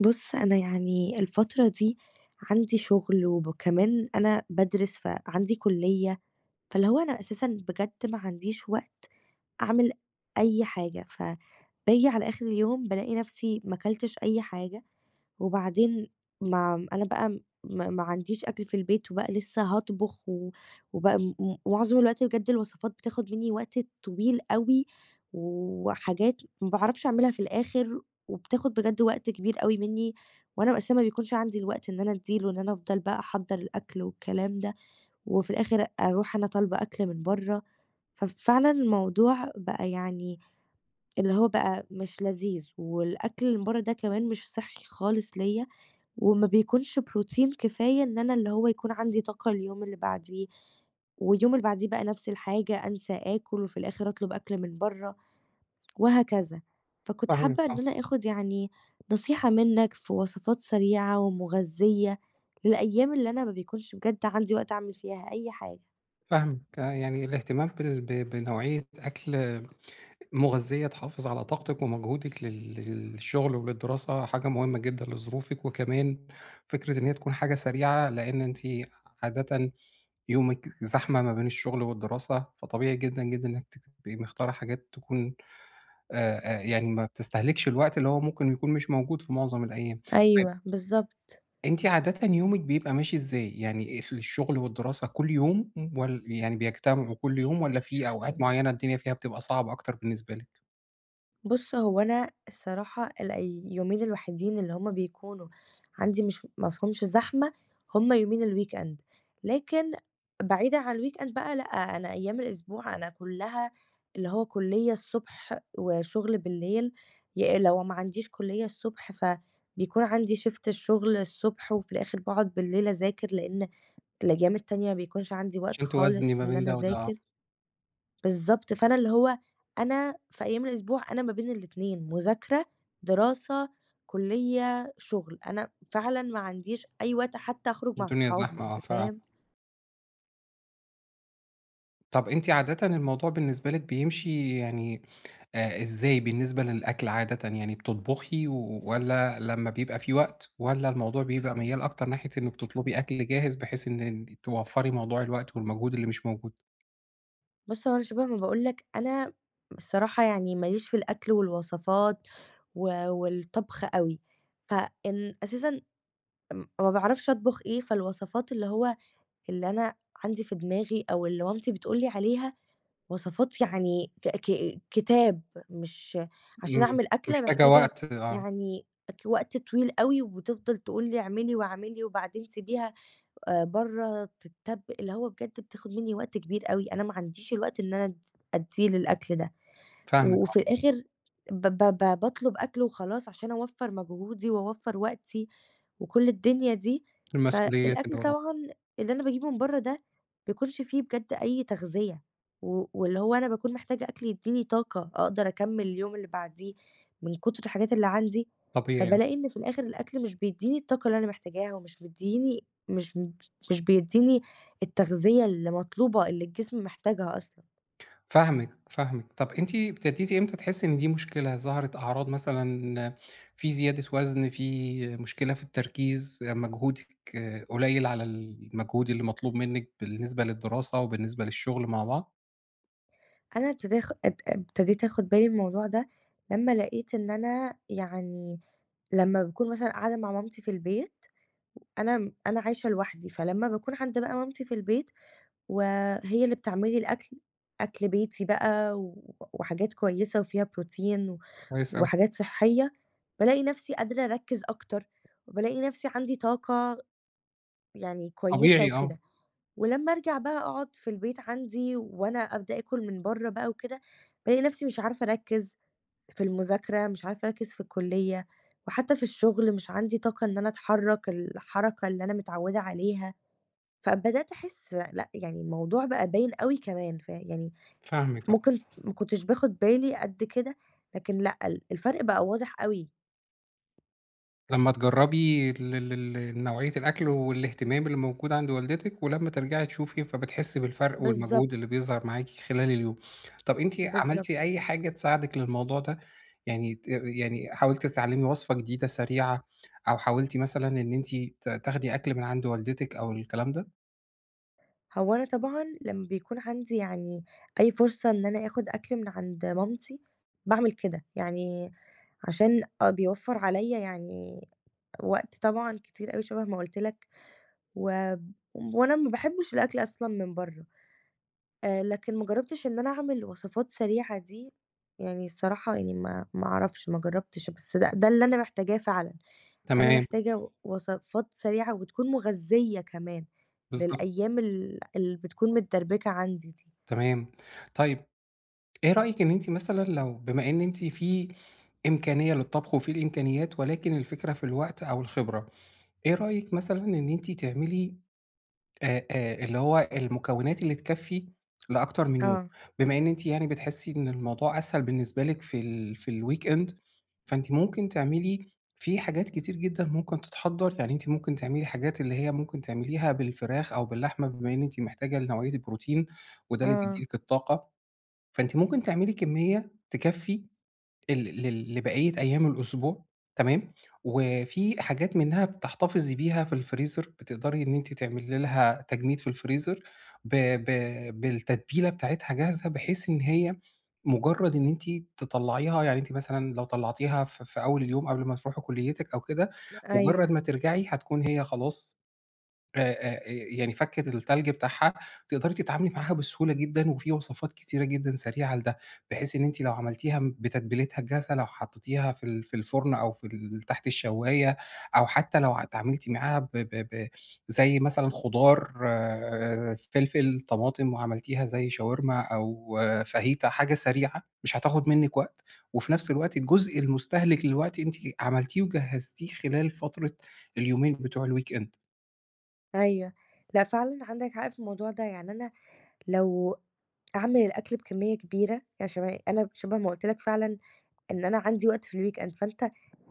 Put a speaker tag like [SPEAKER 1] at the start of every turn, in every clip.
[SPEAKER 1] بُص، أنا يعني الفترة دي عندي شغل، وكمان أنا بادرس، فعندي كلية، فاللي هو أنا أساسًا بجد ما عنديش وقت أعمل أي حاجة، فباجي على آخر اليوم بالاقي نفسي ما كلتش أي حاجة. وبعدين ما أنا بقى ما عنديش أكل في البيت، وبقى لسه هاطبخ وبقى م م معظم الوقت بجد الوصفات بتاخد مني وقت طويل أوي، وحاجات ما باعرفش أعملها في الآخر، وبتاخد بجد وقت كبير أوي مني. وأنا أساسًا ما بيكونش عندي الوقت إن أنا أدّي له، إن أنا أفضل بقى أحضّر الأكل والكلام ده، وفي الآخر أروح أنا طالبة أكل من برّه. ففعلًا الموضوع بقى يعني اللي هو بقى مش لذيذ، والأكل اللي من برّه ده كمان مش صحّي خالص ليّا. وما بيكونش بروتين كفاية إن أنا اللي هو يكون عندي طاقة اليوم اللي بعديه. واليوم اللي بعديه بقى نفس الحاجة، أنسى آكل وفي الآخر أطلب أكل من برّه وهكذا. فكنت
[SPEAKER 2] فاهمِك
[SPEAKER 1] حابة إن
[SPEAKER 2] آه،
[SPEAKER 1] أنا آخد يعني نصيحة منّك في وصفات سريعة ومغذية للأيام اللي أنا ما بيكونش بجد عندي وقت أعمل فيها أي حاجة.
[SPEAKER 2] فاهمِك، آه، يعني الاهتمام بال ب بنوعية أكل مغذية تحافظ على طاقتِك ومجهودِك للشغل وللدراسة حاجة مهمة جدًا لظروفِك، وكمان فكرة إن هي تكون حاجة سريعة، لإن أنتِ عادةً يومِك زحمة ما بين الشغل والدراسة، فطبيعي جدًا، جدًا إنِّك تبقي مختارة حاجات تكون يعني ما بتستهلكش الوقت اللي هو ممكن يكون مش موجود في معظم الأيام.
[SPEAKER 1] أيوه، بالضبط.
[SPEAKER 2] أنتِ عادةً يومِك بيبقى ماشي إزاي؟ يعني الشغل والدراسة كل يوم يعني بيجتمعوا كل يوم والّا في أوقات معيّنة الدنيا فيها بتبقى صعبة أكتر بالنسبة لِك؟
[SPEAKER 1] بُص، هو أنا الصراحة اليومين الوحيدين اللي هُم بيكونوا عندي مش ما فيهمش زحمة، هُم يومين الweekend. لكن بعيدًا عن الweekend بقى لأ، أنا أيام الأسبوع أنا كلّها اللي هو كلية الصبح وشغل بالليل. لو ما عنديش كلية الصبح فبيكون عندي shift الشغل الصبح، وفي الآخر باقعد بالليل أذاكر، لإن الأيام التانية ما بيكونش عندي وقت
[SPEAKER 2] عشان توازني
[SPEAKER 1] خالص
[SPEAKER 2] ما
[SPEAKER 1] إن
[SPEAKER 2] بين
[SPEAKER 1] أنا
[SPEAKER 2] ده وده آه،
[SPEAKER 1] أذاكر. بالضبط، فأنا اللي هو أنا في أيام الأسبوع أنا ما بين الاتنين، مذاكرة، دراسة، كُلّية، شُغل، أنا فعلًا ما عنديش أي وقت حتى أخرج مع
[SPEAKER 2] الدنيا
[SPEAKER 1] صحابي،
[SPEAKER 2] زحمة آه،
[SPEAKER 1] أنت
[SPEAKER 2] فعلًا.
[SPEAKER 1] فاهم؟
[SPEAKER 2] طب أنتِ عادةً الموضوع بالنسبة لِك بيمشي يعني إزاي بالنسبة للأكل عادةً، يعني بتطبخي والّا لمّا بيبقى في وقت والّا الموضوع بيبقى ميّال أكتر ناحية إنِّك تطلبي أكل جاهز بحيث إن توفّري موضوع الوقت والمجهود اللي مش موجود؟
[SPEAKER 1] بُص، هو أنا شبه ما باقول لك، أنا الصراحة يعني ما ليش في الأكل والوصفات والطبخ أوي. فإن أساسًا ما باعرفش أطبخ إيه، فالوصفات اللي هو اللي أنا عندي في دماغي أو اللي مامتي بتقول لي عليها وصفات يعني ك ك كتاب. مش عشان
[SPEAKER 2] إمم،
[SPEAKER 1] أعمل أكلة
[SPEAKER 2] محتاجة
[SPEAKER 1] محتاجة
[SPEAKER 2] وقت آه،
[SPEAKER 1] يعني وقت طويل أوي، وتفضل تقول لي اعملي واعملي وبعدين سيبيها برّه تتّب اللي هو بجد بتاخد منّي وقت كبير أوي، أنا ما عنديش الوقت إن أنا أدّيه للأكل ده.
[SPEAKER 2] فاهمِك
[SPEAKER 1] وفي
[SPEAKER 2] آه.
[SPEAKER 1] الآخر ب ب ب باطلب أكل وخلاص عشان أوفّر مجهودي وأوفّر وقتي وكل الدنيا دي.
[SPEAKER 2] المسؤوليات اللي
[SPEAKER 1] فالأكل
[SPEAKER 2] وراكِ،
[SPEAKER 1] طبعًا اللي أنا باجيبه من برّه ده ما بيكونش فيه بجد أي تغذية، واللي هو أنا باكون محتاجة أكل يدّيني طاقة أقدر أكمّل اليوم اللي بعديه من كتر الحاجات اللي عندي.
[SPEAKER 2] طبيعي آه،
[SPEAKER 1] فبالاقي إن في الآخر الأكل مش بيدّيني الطاقة اللي أنا محتاجاها، ومش مدّيني مش بيدّيني التغذية اللي مطلوبة اللي الجسم محتاجها أصلًا.
[SPEAKER 2] فاهمِك، فاهمِك. طَب أنتِ ابتديتِ إمتى تحسّي إن دي مشكلة، ظهرت أعراض مثلًا في زيادة وزن، في مشكلة في التركيز، مجهودِك قليل على المجهود اللي مطلوب منِّك بالنسبة للدراسة وبالنسبة للشغل مع بعض؟
[SPEAKER 1] أنا ابتدي آخ اب ابتديت آخد بالي من الموضوع ده لمّا لقيت إن أنا يعني لمّا باكون مثلًا قاعدة مع مامتي في البيت. أنا أنا عايشة لوحدي، فلمّا باكون عند بقى مامتي في البيت وهي اللي بتعمل لي الأكل، أكل بيتي بقى وحاجات كويسة وفيها بروتين
[SPEAKER 2] كويس أوي،
[SPEAKER 1] وحاجات صحية، بالاقي نفسي قادرة أركّز أكتر، وبالاقي نفسي عندي طاقة يعني كويسة
[SPEAKER 2] طبيعي آه،
[SPEAKER 1] وكده. ولمّا أرجع بقى أقعد في البيت عندي وأنا أبدأ آكل من برّه بقى وكده، بالاقي نفسي مش عارفة أركّز في المذاكرة، مش عارفة أركّز في الكلية، وحتى في الشغل مش عندي طاقة إن أنا أتحرّك الحركة اللي أنا متعودة عليها. فبدأت أحس لأ، يعني الموضوع بقى باين أوي كمان، ف يعني
[SPEAKER 2] فاهمِك، آه.
[SPEAKER 1] ممكن ما كنتش باخد بالي قد كده، لكن لأ، الفرق بقى واضح أوي.
[SPEAKER 2] لمّا تجرّبي ال نوعية الأكل والاهتمام اللي موجود عند والدتِك، ولمّا ترجعي تشوفي، فبتحسّي بالفرق والمجهود
[SPEAKER 1] بالضبط،
[SPEAKER 2] اللي بيظهر معاكِ خلال اليوم. طَب أنتِ عملتِ
[SPEAKER 1] بالضبط.
[SPEAKER 2] أي حاجة تساعدِك للموضوع ده؟ يعني يعني حاولتِ تتعلّمي وصفة جديدة سريعة، أو حاولتِ مثلًا إن أنتِ تاخدي أكل من عند والدتِك أو الكلام ده؟
[SPEAKER 1] هو أنا طبعًا لمّا بيكون عندي يعني أي فرصة إن أنا آخُد أكل من عند مامتي، باعمل كده، يعني عشان آه بيوفّر عليّا يعني وقت طبعًا كتير أوي شبه ما قُلت لك. وأنا ما باحبّش الأكل أصلًا من برّه، لكن ما جرّبتش إن أنا أعمل وصفات سريعة دي، يعني الصراحة يعني ما أعرفش، ما جرّبتش، بس ده اللي أنا محتاجاه فعلًا. أنا
[SPEAKER 2] تمام،
[SPEAKER 1] محتاجة وصفات سريعة وبتكون مغذية كمان،
[SPEAKER 2] بالضبط،
[SPEAKER 1] للأيام اللي بتكون متدربكة عندي دي.
[SPEAKER 2] تمام. طيب إيه رأيِك إن أنتِ مثلًا لو بما إن أنتِ في إمكانية للطبخ وفي الإمكانيات، ولكن الفكرة في الوقت أو الخبرة، إيه رأيِك مثلًا إن أنتِ تعملي اللي هو المكونات اللي تكفّي لأكتر من يوم،
[SPEAKER 1] آه،
[SPEAKER 2] بما إن أنتِ يعني بتحسّي إن الموضوع أسهل بالنسبة لِك في الweekend فأنتِ ممكن تعملي في حاجات كتير جدًا ممكن تتحضّر، يعني أنتِ ممكن تعملي حاجات اللي هي ممكن تعمليها بالفراخ أو باللحمة بما إن أنتِ محتاجة لنوعية البروتين وده اللي بيدّي
[SPEAKER 1] آه،
[SPEAKER 2] لِك الطاقة، فأنتِ ممكن تعملي كمية تكفّي ال لل لبقية أيام الأسبوع تمام، وفي حاجات منها بتحتفظي بيها في الفريزر، بتقدري إن أنتِ تعملي لها تجميد في الفريزر ب ب بالتتبيلة بتاعتها جاهزة، بحيث إن هي مجرد إن أنتِ تطلّعيها يعني أنتِ مثلًا لو طلّعتيها في أول اليوم قبل ما تروحي كليتِك أو كده،
[SPEAKER 1] أيوه،
[SPEAKER 2] مجرد ما ترجعي هتكون هي خلاص يعني فكِّت التلج بتاعها، تقدري تتعاملي معاها بسهولة جدًا، وفي وصفات كتيرة جدًا سريعة لده، بحيث إن أنتِ لو عملتيها م بتتبيلتها الجاهزة، لو حطيتيها في الفرن أو في ال تحت الشواية، أو حتى لو اتعاملتِ معاها ب ب ب زي مثلًا خضار آه، فلفل، طماطم، وعملتيها زي شاورما أو آه، فاهيتا، حاجة سريعة مش هتاخد منِّك وقت، وفي نفس الوقت الجزء المستهلك للوقت أنتِ عملتيه وجهّزتيه خلال فترة اليومين بتوع الweekend.
[SPEAKER 1] أيوه. لأ فعلًا عندك حق في الموضوع ده، يعني أنا لو أعمل الأكل بكمية كبيرة عشان أنا شبه ما قُلت لك فعلًا إن أنا عندي وقت في الweekend، فأنت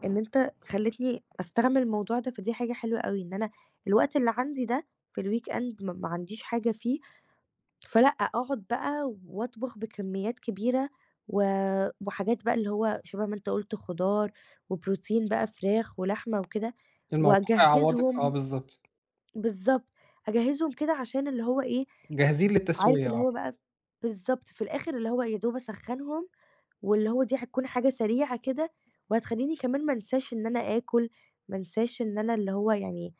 [SPEAKER 1] إن أنت خلّيتني أستغِل الموضوع ده، فدي حاجة حلوة أوي. إن أنا الوقت اللي عندي ده في الweekend ما عنديش حاجة فيه، فلأ، أقعد بقى وأطبخ بكميات كبيرة و وحاجات بقى اللي هو شبه ما أنت قُلت خضار وبروتين بقى فراخ ولحمة وكده.
[SPEAKER 2] الموضوع هيعوّضِك آه
[SPEAKER 1] وأجهّزهم
[SPEAKER 2] بالضبط،
[SPEAKER 1] بالضبط، أجهّزهم كده عشان اللي هو إيه،
[SPEAKER 2] جاهزين
[SPEAKER 1] عارف
[SPEAKER 2] للتسوية
[SPEAKER 1] اللي
[SPEAKER 2] آه،
[SPEAKER 1] هو بقى بالضبط، في الآخر اللي هو يا دوب أسخّنهم واللي هو دي هتكون حاجة سريعة كده، وهتخلّيني كمان ما انساش إن أنا آكل، ما انساش إن أنا اللي هو يعني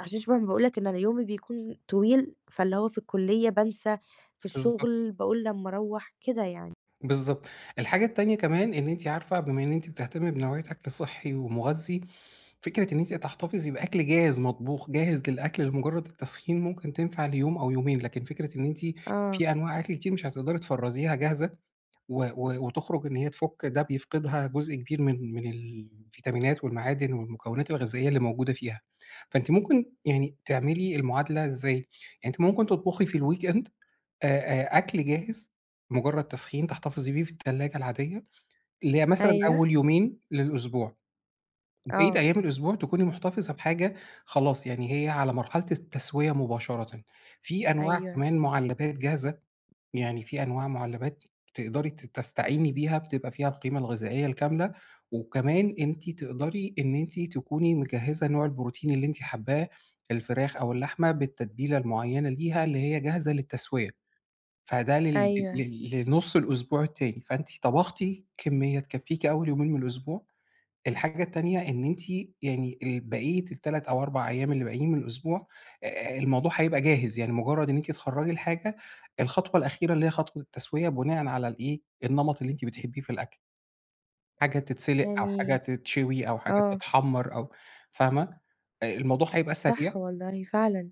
[SPEAKER 1] عشان شبه ما باقول لك إن أنا يومي بيكون طويل، فاللي هو في الكلية بانسى، في
[SPEAKER 2] بالضبط،
[SPEAKER 1] الشغل باقول لمّا أروّح، كده يعني.
[SPEAKER 2] بالضبط. الحاجة التانية كمان إن أنتِ عارفة بما إن أنتِ بتهتمي بنوعية أكل صحّي ومغذي، فكرة إن أنتِ تحتفظي بأكل جاهز مطبوخ، جاهز للأكل لمجرد التسخين ممكن تنفع ليوم أو يومين، لكن فكرة إن أنتِ
[SPEAKER 1] آه،
[SPEAKER 2] في أنواع أكل كتير مش هتقدري تفرّزيها جاهزة و و وتخرج إن هي تفُك ده بيفقدها جزء كبير من الفيتامينات والمعادن والمكونات الغذائية اللي موجودة فيها، فأنتِ ممكن يعني تعملي المعادلة إزاي؟ يعني أنتِ ممكن تطبخي في الweekend آآ أكل جاهز، مجرد تسخين تحتفظي بيه في التلاجة العادية، اللي هي مثلًا
[SPEAKER 1] أيوه،
[SPEAKER 2] أول يومين للأسبوع، بقية
[SPEAKER 1] آه،
[SPEAKER 2] أيام الأسبوع تكوني محتفظة بحاجة خلاص يعني هي على مرحلة التسوية مباشرةً، في أنواع
[SPEAKER 1] أيوه،
[SPEAKER 2] كمان مُعلبات جاهزة يعني في أنواع مُعلّبات تقدري تستعيني بيها بتبقى فيها القيمة الغذائية الكاملة، وكمان أنتِ تقدري إن أنتِ تكوني مجهّزة نوع البروتين اللي أنتِ حابّاه، الفراخ أو اللحمة بالتتبيلة المعيّنة ليها اللي هي جاهزة للتسوية، فده لل
[SPEAKER 1] أيوه،
[SPEAKER 2] ل لنُص الأسبوع التاني، فأنتِ طبختِ كمية تكفّيكِ أول يومين من الأسبوع. الحاجة التانية إن أنتِ يعني ال بقية ال3 أو 4 أيام اللي باقيين من الأسبوع الموضوع هيبقى جاهز، يعني مجرّد إن أنتِ تخرّجي الحاجة، الخطوة الأخيرة اللي هي خطوة التسوية بناءً على الإيه، النمط اللي أنتِ بتحبيه في الأكل، حاجة تتسلق أو حاجة
[SPEAKER 1] يعني
[SPEAKER 2] تتشوي أو حاجة
[SPEAKER 1] آه،
[SPEAKER 2] تتحمّر أو فاهمة؟ الموضوع هيبقى سريع
[SPEAKER 1] صح والله فعلًا،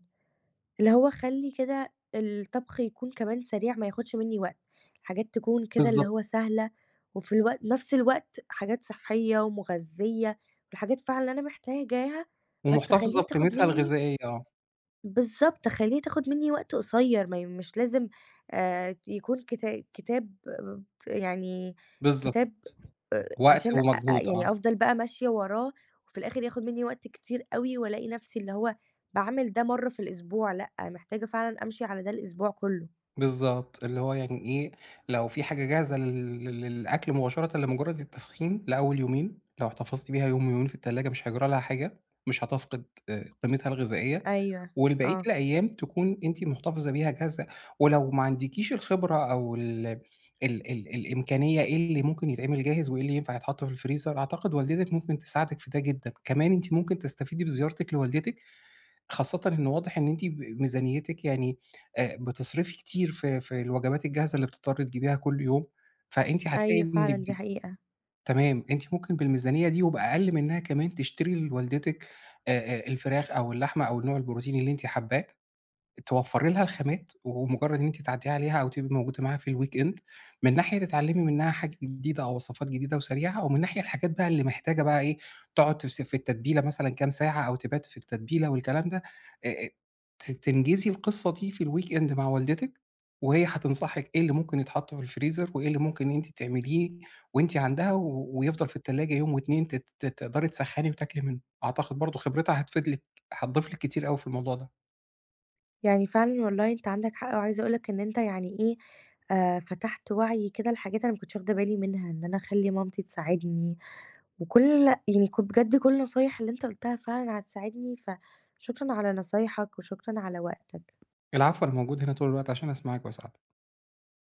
[SPEAKER 1] اللي هو خلّي كده الطبخ يكون كمان سريع ما ياخدش منّي وقت، حاجات تكون كده اللي
[SPEAKER 2] بالضبط،
[SPEAKER 1] هو سهلة، وفي نفس الوقت حاجات صحية ومغذية، والحاجات فعلًا اللي أنا محتاجاها. بس
[SPEAKER 2] ومحتفظة
[SPEAKER 1] خلّيها تاخد
[SPEAKER 2] بقيمتها
[SPEAKER 1] منّي
[SPEAKER 2] الغذائية آه،
[SPEAKER 1] بالضبط، خلّيها تاخد منّي وقت قصيّر ما ي مش لازم يكون كتاب، ف يعني
[SPEAKER 2] بالضبط،
[SPEAKER 1] كتاب
[SPEAKER 2] وقت
[SPEAKER 1] عشان أ أ
[SPEAKER 2] ومجهود آه.
[SPEAKER 1] يعني أفضل بقى ماشية وراه وفي الآخِر ياخد منّي وقت كتير أوي، وألاقي نَفْسي اللي هو باعمل ده مرّة في الأسبوع لأ، محتاجة فعلًا أمشي على ده الأسبوع كُلّه.
[SPEAKER 2] بالضبط، اللي هو يعني إيه، لو في حاجة جاهزة للأكل مباشرةً لمجرد التسخين لأول يومين، لو احتفظت بيها يوم ويومين في التلاجة مش هيجرى لها حاجة، مش هتفقد قيمتها الغذائية،
[SPEAKER 1] أيوه،
[SPEAKER 2] والبقية
[SPEAKER 1] آه،
[SPEAKER 2] الأيام تكون أنتِ محتفظة بيها جاهزة، ولو ما عندكيش الخبرة أو ال ال ال الإمكانية إيه اللي ممكن يتعمل جاهز وإيه اللي ينفع يتحط في الفريزر، أعتقد والدتِك ممكن تساعدِك في ده جدًا، كمان أنتِ ممكن تستفيدي بزيارتِك لوالدتِك خاصةً إن واضح إن أنتِ ميزانيتِك يعني بتصرفي كتير في الوجبات الجاهزة اللي بتضطري تجيبيها كل يوم، فأنتِ هتلاقي
[SPEAKER 1] أيوه
[SPEAKER 2] إن
[SPEAKER 1] فعلًا دي حقيقة.
[SPEAKER 2] تمام، أنتِ ممكن بالميزانية دي وبأقل منها كمان تشتري لوالدتِك الفراخ أو اللحمة أو النوع البروتيني اللي أنتِ حاباه توفّري لها الخامات، ومجرّد إن أنتِ تعدّيها عليها أو تبقي موجودة معاها في الweekend، من ناحية تتعلّمي منها حاجة جديدة أو وصفات جديدة وسريعة، ومن ناحية الحاجات بقى اللي محتاجة بقى إيه، تقعُد فس في التتبيلة مثلًا كام ساعة أو تبات في التتبيلة والكلام ده، آآ، آآ، ت تنجزي القصّة دي في الweekend مع والدتِك، وهي هتنصحِك إيه اللي ممكن يتحط في الفريزر وإيه اللي ممكن أنتِ تعمليه وأنتِ عندها ويفضل في التلاجة يوم و2 ت ت تقدري تسخّني وتاكلي منه، أعتقد برضه خبرتها هتفيد لِك هتضيف لِك كتير أوي في الموضوع ده.
[SPEAKER 1] يعني فعلًا والله أنت عندك حق، وعايزة أقول لك إن أنت يعني إيه، فتحت وعيي كده لحاجات أنا ما كنتش واخدة بالي منها، إن أنا أخلّي مامتي تساعدني، وكل يعني بجد كل النصايح اللي أنت قُلتها فعلًا هتساعدني، فشكرًا على نصايحك وشكرًا على وقتك.
[SPEAKER 2] العفو، أنا موجود هنا طول الوقت عشان أسمعك وأساعدك.